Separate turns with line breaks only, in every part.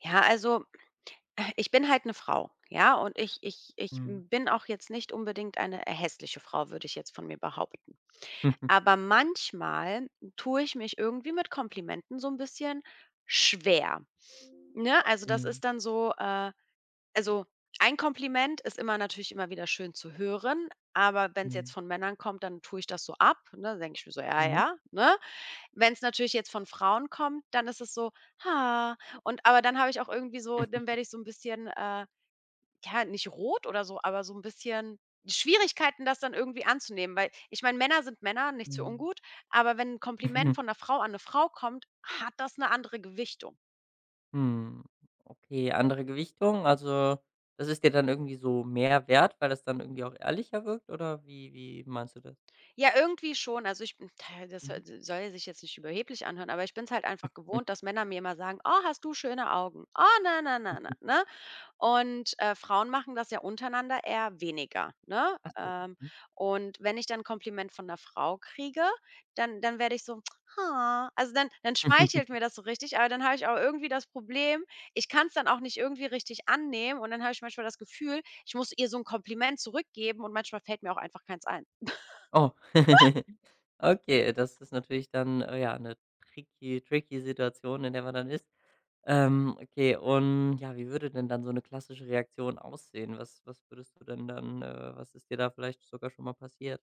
Ja, also ich bin halt eine Frau, ja, und ich
Mhm.
bin auch jetzt nicht unbedingt eine hässliche Frau, würde ich jetzt von mir behaupten. Aber manchmal tue ich mich irgendwie mit Komplimenten so ein bisschen schwer, ne? Also, das
Mhm.
ist dann so, also, ein Kompliment ist immer natürlich immer wieder schön zu hören, aber wenn es jetzt
Mhm.
von Männern kommt, dann tue ich das so ab, ne? Dann denke ich mir so: „Ja, ja", ne? Wenn es natürlich jetzt von Frauen kommt, dann ist es so: „Ha" und aber dann habe ich auch irgendwie so
Mhm.
dann
Mhm.
werde ich so 'n bisschen, ja, nicht rot oder so, aber so 'n bisschen Schwierigkeiten, das dann irgendwie anzunehmen, weil ich meine, Männer sind Männer, nichts für ungut, aber wenn 'n Kompliment
Mhm.
von 'ner Frau an 'ne Frau kommt, hat das 'ne andere Gewichtung.
Hm. Okay, andere Gewichtung, also, das ist dir dann irgendwie so mehr wert, weil das dann irgendwie auch ehrlicher wirkt oder wie meinst du das?
Ja, irgendwie schon. Also, ich bin das soll
Mhm.
soll sich jetzt nicht überheblich anhören, aber ich bin's halt einfach gewohnt, dass Männer mir immer sagen: „Oh, hast du schöne Augen. Oh, na, na,
Mhm.
na, na",
Mhm.
ne? Und Frauen machen das ja untereinander eher weniger, ne?
Ach so. Mhm.
Und wenn ich dann 'n Kompliment von 'ner Frau kriege, dann werde ich so: „Ha." Also, dann schmeichelt mir das so richtig, aber dann habe ich auch irgendwie das Problem, ich kann es dann auch nicht irgendwie richtig annehmen und dann habe ich manchmal das Gefühl, ich muss ihr so ein Kompliment zurückgeben und manchmal fällt mir auch einfach keins ein.
Oh. Okay, das ist natürlich dann, ja, eine tricky Situation, in der man dann ist. Okay, und ja, wie würde denn dann so eine klassische Reaktion aussehen? Was würdest du denn dann, was ist dir da vielleicht sogar schon mal passiert?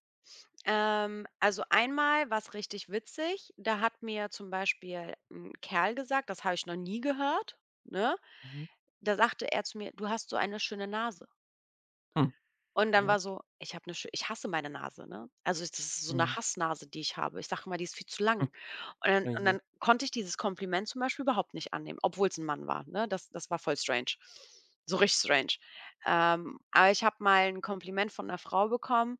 Also, einmal war's richtig witzig, da hat mir zum Beispiel ein Kerl gesagt, das habe ich noch nie gehört, ne?
Mhm.
Da sagte er zu mir: „Du hast so eine schöne Nase."
Hm.
Und dann
Mhm.
war so ich habe eine ich hasse meine Nase, ne? Also, das ist so eine
Mhm.
Hassnase, die ich habe. Ich sage immer, die ist viel zu lang.
Hm. Oh
Und
je.
dann konnte ich dieses Kompliment zum Beispiel überhaupt nicht annehmen, obwohl es ein Mann war, ne? Das das war voll strange. So richtig strange. Aber ich habe mal ein Kompliment von einer Frau bekommen,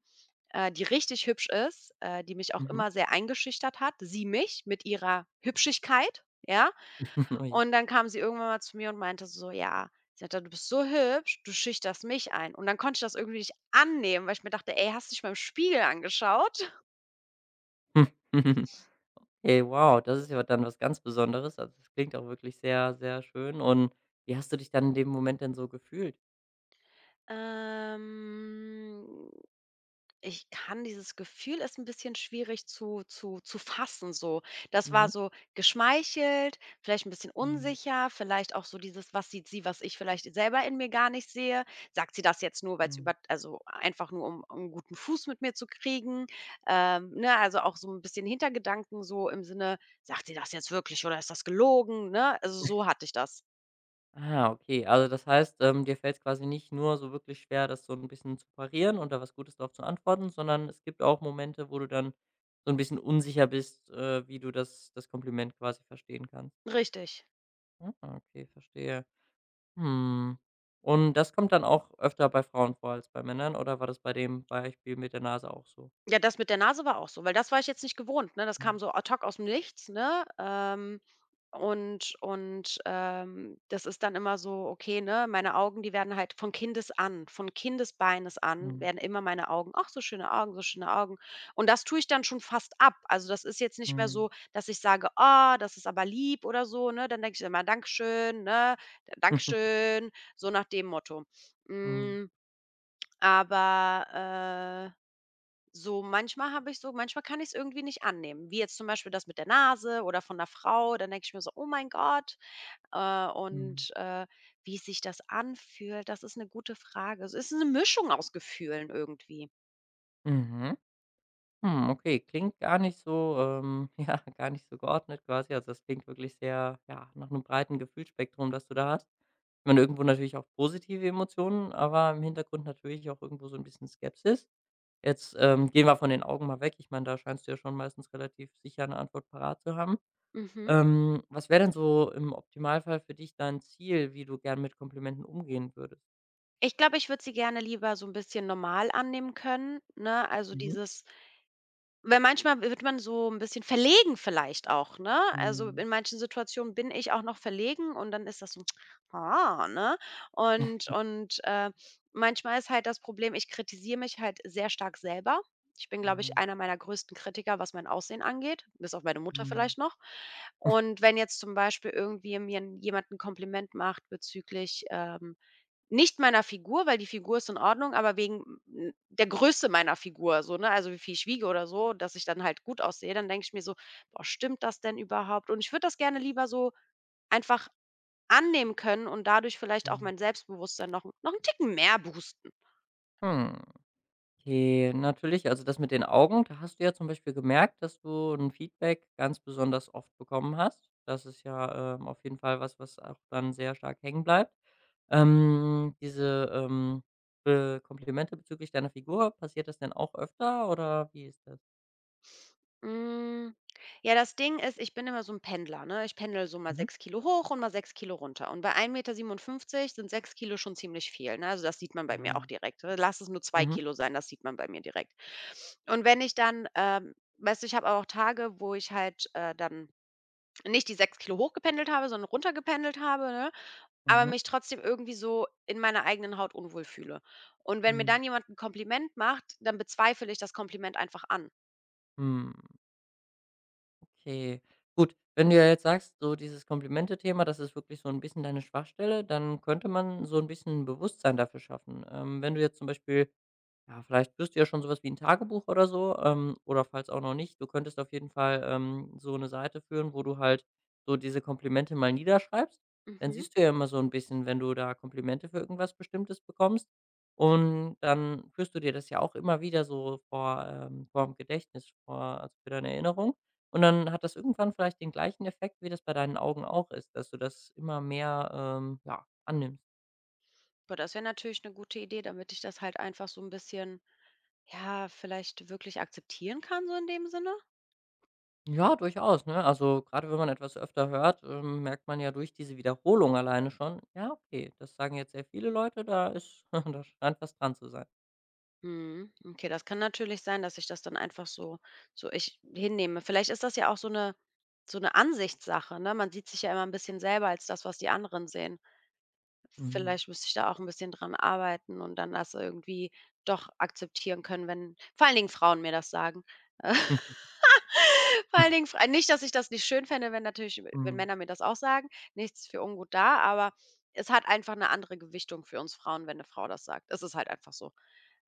die richtig hübsch ist, die mich auch
Mhm.
immer sehr eingeschüchtert hat. Sie mich mit ihrer Hübschigkeit, ja?
Oh je.
Und dann kam sie irgendwann mal zu mir und meinte so: „Ja, sie hat gesagt: „Du bist so hübsch, du schüchterst mich ein." Und dann konnte ich das irgendwie nicht annehmen, weil ich mir dachte: „Ey, hast du dich mal im Spiegel angeschaut?"
Hm. Hey, wow, das ist ja dann was ganz Besonderes. Also, das klingt auch wirklich sehr, sehr schön. Und wie hast du dich dann in dem Moment denn so gefühlt?
Ähm. Ich kann dieses Gefühl ist ein bisschen schwierig zu fassen so. Das war
Mhm.
so geschmeichelt, vielleicht ein bisschen
Mhm.
unsicher, vielleicht auch so dieses: „Was sieht sie, was ich vielleicht selber in mir gar nicht sehe? Sagt sie das jetzt nur, weil es
Mhm.
über also, einfach nur, um 'n guten Fuß mit mir zu kriegen?" Ne, also, auch so ein bisschen Hintergedanken so im Sinne: „Sagt sie das jetzt wirklich oder ist das gelogen?", ne? Also, so hatte ich das.
Ah, okay. Also, das heißt, dir fällt's quasi nicht nur so wirklich schwer, das so ein bisschen zu parieren und da was Gutes drauf zu antworten, sondern es gibt auch Momente, wo du dann so ein bisschen unsicher bist, wie du das Kompliment quasi verstehen kannst.
Richtig.
Ah, okay, verstehe. Mhm. Und das kommt dann auch öfter bei Frauen vor als bei Männern oder war das bei dem Beispiel mit der Nase auch so?
Ja, das mit der Nase war auch so, weil das war ich jetzt nicht gewohnt, ne? Das
Mhm,
kam so ad hoc aus dem Nichts, ne? Und das ist dann immer so, okay, ne, meine Augen, die werden halt von Kindes an von Kindesbeines an
mhm,
werden immer meine Augen: „Ach, so schöne Augen, so schöne Augen." Und das tue ich dann schon fast ab. Also, das ist jetzt nicht mehr
mhm.
so, dass ich sage: „Ah, das ist aber lieb" oder so, ne? Dann denke ich immer: „Dankeschön, ne? Dankeschön", so nach dem Motto.
Mhm,
Hm, aber, so manchmal habe ich so manchmal kann ich es irgendwie nicht annehmen, wie jetzt zum Beispiel das mit der Nase oder von der Frau. Dann denke ich mir so: „Oh mein Gott,
mhm.
und wie sich das anfühlt, das ist eine gute Frage. Es ist eine Mischung aus Gefühlen irgendwie.
Mhm. Hm, okay, klingt gar nicht so ja, gar nicht so geordnet quasi. Also, das klingt wirklich sehr, ja, nach einem breiten Gefühlsspektrum, das du da hast. Ich meine, irgendwo natürlich auch positive Emotionen, aber im Hintergrund natürlich auch irgendwo so ein bisschen Skepsis. Jetzt, gehen wir von den Augen mal weg. Ich meine, da scheinst du ja schon meistens relativ sicher eine Antwort parat zu haben.
Mhm.
Was wäre denn so im Optimalfall für dich dein Ziel, wie du gern mit Komplimenten umgehen würdest?
Ich glaube, ich würde sie gerne lieber so ein bisschen normal annehmen können, ne? Also,
Mhm.
dieses weil manchmal wird man so 'n bisschen verlegen vielleicht auch, ne? Also,
Mhm.
in manchen Situationen bin ich auch noch verlegen und dann ist das so: „Ah", ne? Und manchmal ist halt das Problem, ich kritisiere mich halt sehr stark selber. Ich bin, glaube ich,
Mhm.
einer meiner größten Kritiker, was mein Aussehen angeht, bis auf meine Mutter
Mhm.
vielleicht noch. Und wenn jetzt zum Beispiel irgendwie mir 'n jemand 'n Kompliment macht bezüglich, nicht meiner Figur, weil die Figur ist in Ordnung, aber wegen, hm, der Größe meiner Figur so, ne? Also, wie viel ich wiege oder so, dass ich dann halt gut aussehe, dann denke ich mir so: „Boah, stimmt das denn überhaupt?" Und ich würde das gerne lieber so einfach annehmen können und dadurch vielleicht auch
Mhm.
mein Selbstbewusstsein noch einen Ticken mehr boosten.
Hm. Okay, natürlich, also das mit den Augen, da hast du ja zum Beispiel gemerkt, dass du ein Feedback ganz besonders oft bekommen hast. Das ist ja, auf jeden Fall was, was auch dann sehr stark hängen bleibt. Diese Komplimente bezüglich deiner Figur, passiert das denn auch öfter oder wie ist das?
Hm, ja, das Ding ist, ich bin immer so ein Pendler, ne? Ich pendel so mal
Mhm.
6 Kilo hoch und mal 6 Kilo runter. Und bei 1,57 m sind 6 Kilo schon ziemlich viel, ne? Also, das sieht man bei mir
Ah.
auch direkt, ne? Lass es nur zwei
Mhm.
Kilo sein, das sieht man bei mir direkt. Und wenn ich dann, weißt du, ich habe auch Tage, wo ich halt, dann nicht die 6 kg hochgependelt habe, sondern runtergependelt habe, ne? Aber
Mhm.
mich trotzdem irgendwie so in meiner eigenen Haut unwohl fühle. Und wenn mir
Mhm.
dann jemand ein Kompliment macht, dann bezweifle ich das Kompliment einfach an.
Hm, okay. Gut, wenn du ja jetzt sagst, so dieses Komplimente-Thema, das ist wirklich so ein bisschen deine Schwachstelle, dann könnte man so ein bisschen Bewusstsein dafür schaffen. Wenn du jetzt zum Beispiel ja, vielleicht führst du ja schon sowas wie ein Tagebuch oder so, oder falls auch noch nicht, du könntest auf jeden Fall, so eine Seite führen, wo du halt so diese Komplimente mal niederschreibst. Dann
Mhm.
siehst du ja immer so ein bisschen, wenn du da Komplimente für irgendwas Bestimmtes bekommst und dann führst du dir das ja auch immer wieder so vor vorm Gedächtnis, vor also, für deine Erinnerung und dann hat das irgendwann vielleicht den gleichen Effekt, wie das bei deinen Augen auch ist, dass du das immer mehr, ja, annimmst.
Aber das wäre natürlich eine gute Idee, damit ich das halt einfach so ein bisschen, ja, vielleicht wirklich akzeptieren kann, so in dem Sinne?
Ja, durchaus, ne? Also, gerade wenn man etwas öfter hört, merkt man ja durch diese Wiederholung alleine schon: „Ja, okay, das sagen jetzt sehr viele Leute, da ist da scheint was dran zu sein.“
Mhm. Okay, das kann natürlich sein, dass ich das dann einfach so ich hinnehme. Vielleicht ist das ja auch so eine Ansichtssache, ne? Man sieht sich ja immer ein bisschen selber als das, was die anderen sehen.
Mhm.
Vielleicht müsste ich da auch ein bisschen dran arbeiten und dann das irgendwie doch akzeptieren können, wenn vor allen Dingen Frauen mir das sagen. Vor allen Dingen frei nicht, dass ich das nicht schön fände, wenn natürlich wenn
Mhm.
Männer mir das auch sagen, nichts für ungut da, aber es hat einfach eine andere Gewichtung für uns Frauen, wenn eine Frau das sagt. Es ist halt einfach so.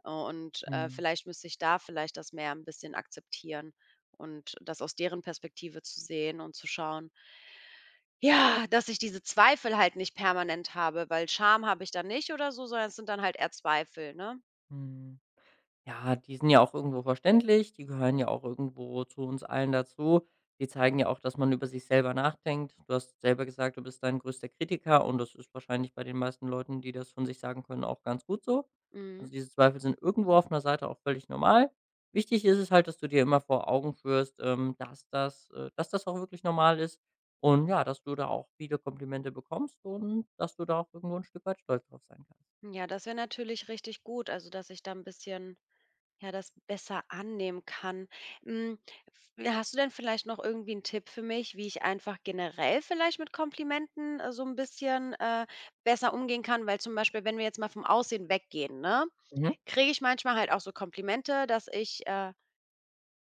Und,
Mhm.
vielleicht müsste ich da vielleicht das mehr ein bisschen akzeptieren und das aus deren Perspektive zu sehen und zu schauen, ja, dass ich diese Zweifel halt nicht permanent habe, weil Scham habe ich dann nicht oder so, sondern es sind dann halt eher Zweifel, ne?
Mhm. Ja, die sind ja auch irgendwo verständlich, die gehören ja auch irgendwo zu uns allen dazu. Die zeigen ja auch, dass man über sich selber nachdenkt. Du hast selber gesagt, du bist dein größter Kritiker und das ist wahrscheinlich bei den meisten Leuten, die das von sich sagen können, auch ganz gut so.
Mhm.
Also diese Zweifel sind irgendwo auf einer Seite auch völlig normal. Wichtig ist es halt, dass du dir immer vor Augen führst, dass das auch wirklich normal ist und ja, dass du da auch viele Komplimente bekommst und dass du da auch irgendwo ein Stück weit stolz drauf sein kannst.
Ja, das wäre natürlich richtig gut, also dass ich da ein bisschen ja, das besser annehmen kann. Hm, f Hast du denn vielleicht noch irgendwie 'n Tipp für mich, wie ich einfach generell vielleicht mit Komplimenten, so ein bisschen, besser umgehen kann? Weil zum Beispiel, wenn wir jetzt mal vom Aussehen weggehen, ne,
Mhm.
kriege ich manchmal halt auch so Komplimente, dass ich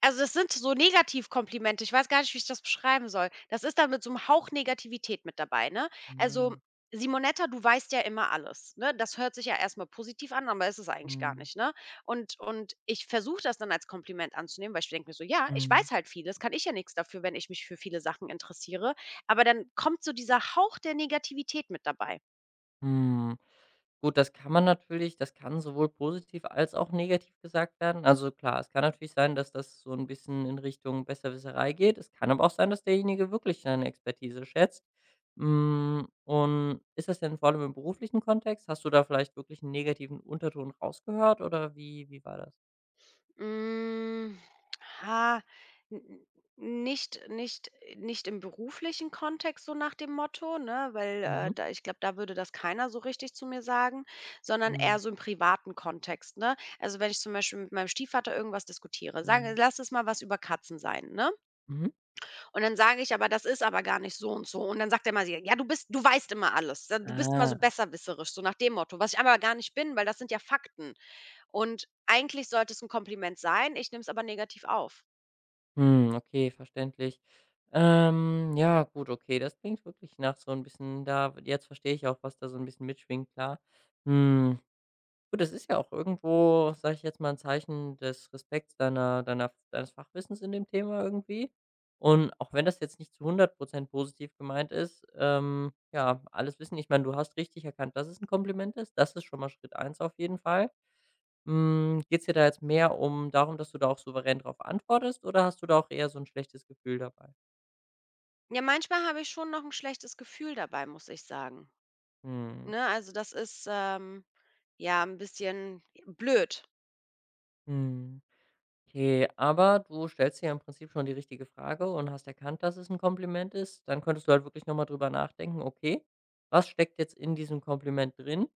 also, das sind so Negativkomplimente. Ich weiß gar nicht, wie ich das beschreiben soll. Das ist dann mit so 'm Hauch Negativität mit dabei, ne? Also:
Ah,
„Simonetta, du weißt ja immer alles", ne? Das hört sich ja erst mal positiv an, aber ist es eigentlich gar
mhm,
nicht, ne? Und ich versuche das dann als Kompliment anzunehmen, weil ich denke mir so: „Ja, ich
mhm.
weiß halt vieles, kann ich ja nix dafür, wenn ich mich für viele Sachen interessiere." Aber dann kommt so dieser Hauch der Negativität mit dabei.
Hm, gut, das kann man natürlich das kann sowohl positiv als auch negativ gesagt werden. Also, klar, es kann natürlich sein, dass das so ein bisschen in Richtung Besserwisserei geht. Es kann aber auch sein, dass derjenige wirklich deine Expertise schätzt. Hm, und ist das denn vor allem im beruflichen Kontext? Hast du da vielleicht wirklich einen negativen Unterton rausgehört oder wie war das?
Hm, ha, n n nicht nicht nicht im beruflichen Kontext so nach dem Motto, ne, weil,
Mhm.
da ich glaube, da würde das keiner so richtig zu mir sagen, sondern
Mhm.
eher so im privaten Kontext, ne? Also, wenn ich zum Beispiel mit meinem Stiefvater irgendwas diskutiere, sage
Mhm.
lass es mal was über Katzen sein, ne?
Mhm.
Und dann sage ich: „Aber das ist aber gar nicht so und so." Und dann sagt er mal: „Ja, du bist du weißt immer alles. Du bist immer so
Ah.
besserwisserisch", so nach dem Motto, was ich aber gar nicht bin, weil das sind ja Fakten. Und eigentlich sollte es ein Kompliment sein, ich nehme es aber negativ auf.
Hm, okay, verständlich. Ja, gut, okay, das klingt wirklich nach so ein bisschen da jetzt verstehe ich auch, was da so ein bisschen mitschwingt, klar. Hm, gut, das ist ja auch irgendwo, sage ich jetzt mal, ein Zeichen des Respekts deiner deines Fachwissens in dem Thema irgendwie. Und auch wenn das jetzt nicht zu 100% positiv gemeint ist, ja, alles Wissen ich meine, du hast richtig erkannt, dass es ein Kompliment ist. Das ist schon mal Schritt eins auf jeden Fall. Hm, geht's dir da jetzt mehr um darum, dass du da auch souverän drauf antwortest oder hast du da auch eher so ein schlechtes Gefühl dabei?
Ja, manchmal habe ich schon noch ein schlechtes Gefühl dabei, muss ich sagen,
Mhm,
ne? Also, das ist, ja, ein bisschen blöd.
mhm. Okay, aber du stellst dir ja im Prinzip schon die richtige Frage und hast erkannt, dass es ein Kompliment ist. Dann könntest du halt wirklich noch mal drüber nachdenken: „Okay, was steckt jetzt in diesem Kompliment drin?“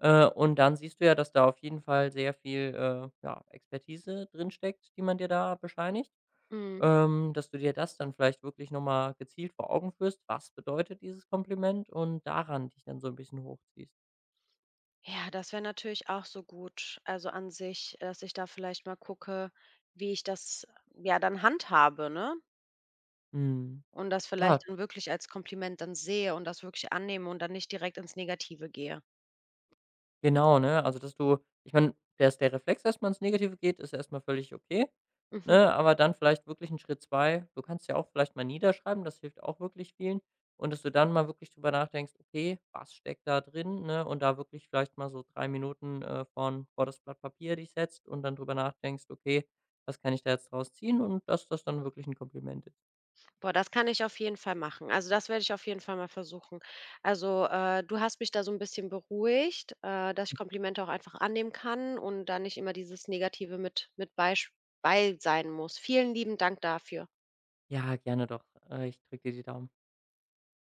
Und dann siehst du ja, dass da auf jeden Fall sehr viel, ja, Expertise drinsteckt, die man dir da bescheinigt.
Mhm.
Dass du dir das dann vielleicht wirklich noch mal gezielt vor Augen führst: „Was bedeutet dieses Kompliment?“ und daran dich dann so ein bisschen hochziehst.
Ja, das wäre natürlich auch so gut. Also, an sich, dass ich da vielleicht mal gucke, wie ich das, ja, dann handhabe, ne?
Mhm.
Und das vielleicht
Ja,
dann wirklich als Kompliment dann sehe und das wirklich annehme und dann nicht direkt ins Negative gehe.
genau, ne? Also, dass du ich meine, dass der Reflex erst mal ins Negative geht, ist erstmal völlig okay,
Mhm.
ne? Aber dann vielleicht wirklich ein Schritt 2 du kannst ja auch vielleicht mal niederschreiben, das hilft auch wirklich vielen. Und dass du dann mal wirklich drüber nachdenkst: „Okay, was steckt da drin?“, ne? Und da wirklich vielleicht mal so 3 Minuten, vor das Blatt Papier dich setzt und dann drüber nachdenkst: „Okay, was kann ich da jetzt draus ziehen?“ Und dass das dann wirklich ein Kompliment ist.
Boah, das kann ich auf jeden Fall machen. Also, das werde ich auf jeden Fall mal versuchen. Also, du hast mich da so ein bisschen beruhigt, dass ich Komplimente auch einfach annehmen kann und da nicht immer dieses Negative mit bei sein muss. Vielen lieben Dank dafür.
Ja, gerne doch. Ich drücke dir die Daumen.